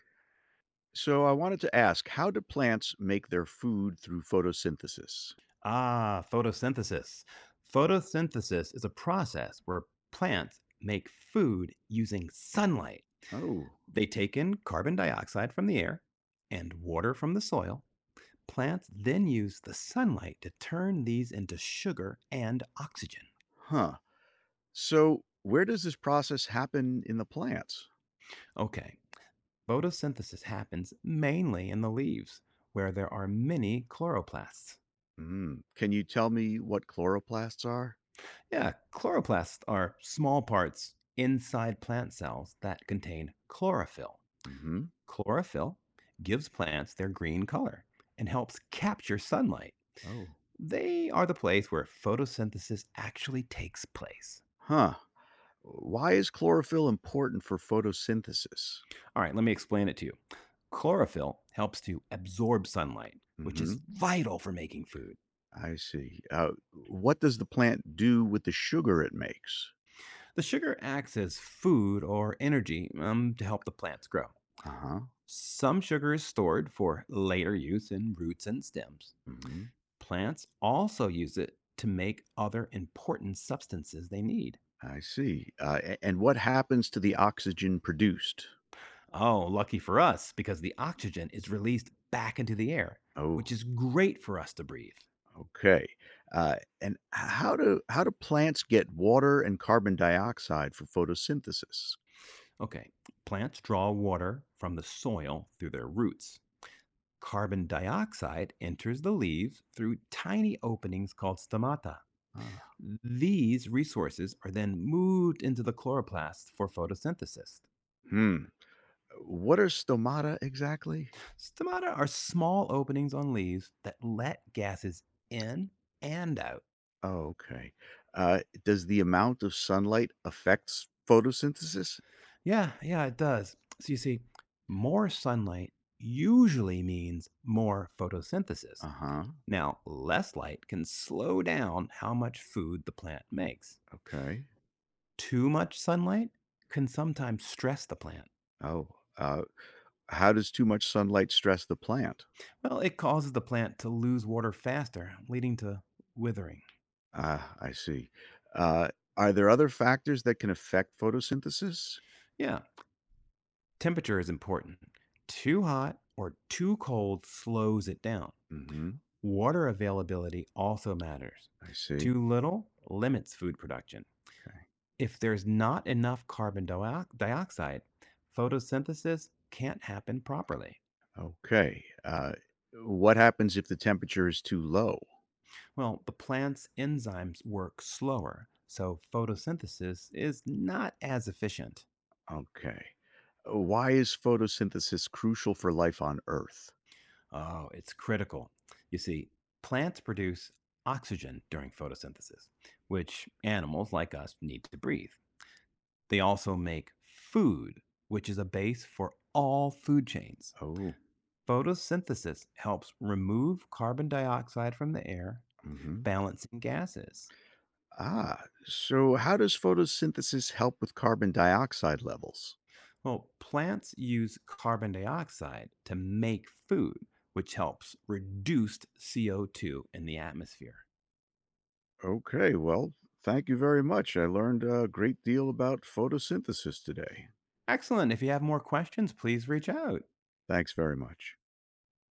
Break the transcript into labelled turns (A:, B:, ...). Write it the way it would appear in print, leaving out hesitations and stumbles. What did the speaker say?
A: So I wanted to ask, how do plants make their food through photosynthesis?
B: Ah, photosynthesis. Photosynthesis is a process where plants make food using sunlight.
A: Oh,
B: They take in carbon dioxide from the air and water from the soil. Plants then use the sunlight to turn these into sugar and oxygen.
A: huh. So where does this process happen in the plants?
B: Okay, photosynthesis happens mainly in the leaves, where there are many chloroplasts.
A: Mm. Can you tell me what chloroplasts are?
B: Yeah, chloroplasts are small parts inside plant cells that contain chlorophyll.
A: Hmm.
B: Chlorophyll gives plants their green color and helps capture sunlight.
A: Oh,
B: They are the place where photosynthesis actually takes place.
A: huh. Why is chlorophyll important for photosynthesis?
B: All right, let me explain it to you. Chlorophyll helps to absorb sunlight, which is
A: Hmm.
B: vital for making food.
A: I see. What does the plant do with the sugar it makes?
B: The sugar acts as food or energy to help the plants grow.
A: Uh huh.
B: Some sugar is stored for later use in roots and stems.
A: Hmm.
B: Plants also use it to make other important substances they need.
A: I see. And what happens to the oxygen produced?
B: Oh, lucky for us, because the oxygen is released back into the air,
A: Oh.
B: which is great for us to breathe.
A: Okay. Uh, and how do plants get water and carbon dioxide for photosynthesis?
B: Okay, plants draw water from the soil through their roots. Carbon dioxide enters the leaves through tiny openings called stomata.
A: Ah,
B: These resources are then moved into the chloroplasts for photosynthesis.
A: hmm. What are stomata exactly?
B: Stomata are small openings on leaves that let gases in and out.
A: Oh, okay. Does the amount of sunlight affect photosynthesis?
B: Yeah, yeah, it does. So you see, more sunlight usually means more
A: Uh
B: photosynthesis.
A: huh.
B: Now, less light can slow down how much food the plant makes.
A: Okay.
B: Too much sunlight can sometimes stress the plant.
A: Oh. Uh, how does too much sunlight stress the plant?
B: Well, it causes the plant to lose water faster, leading to withering.
A: Ah, I see. Uh, are there other factors that can affect photosynthesis?
B: Yeah, temperature is important. Too hot or too cold slows it down.
A: Mm hmm.
B: Water availability also matters.
A: I see.
B: Too little limits food production.
A: Okay.
B: If there's not enough dioxide, photosynthesis can't happen properly.
A: Okay. What happens if the temperature is too low?
B: Well, the plant's enzymes work slower, so photosynthesis is not as efficient.
A: Okay. Why is photosynthesis crucial for life on Earth?
B: Oh, it's critical. You see, plants produce oxygen during photosynthesis, which animals like us need to breathe. They also make food, which is a base for all food chains.
A: Oh,
B: Photosynthesis helps remove carbon dioxide from the air,
A: hmm,
B: balancing gases.
A: ah. So how does photosynthesis help with carbon dioxide levels?
B: Well, plants use carbon dioxide to make food, which helps reduce CO2 in the atmosphere.
A: Okay. Well, thank you very much. I learned a great deal about photosynthesis today.
B: Excellent. If you have more questions, please reach out.
A: Thanks very much.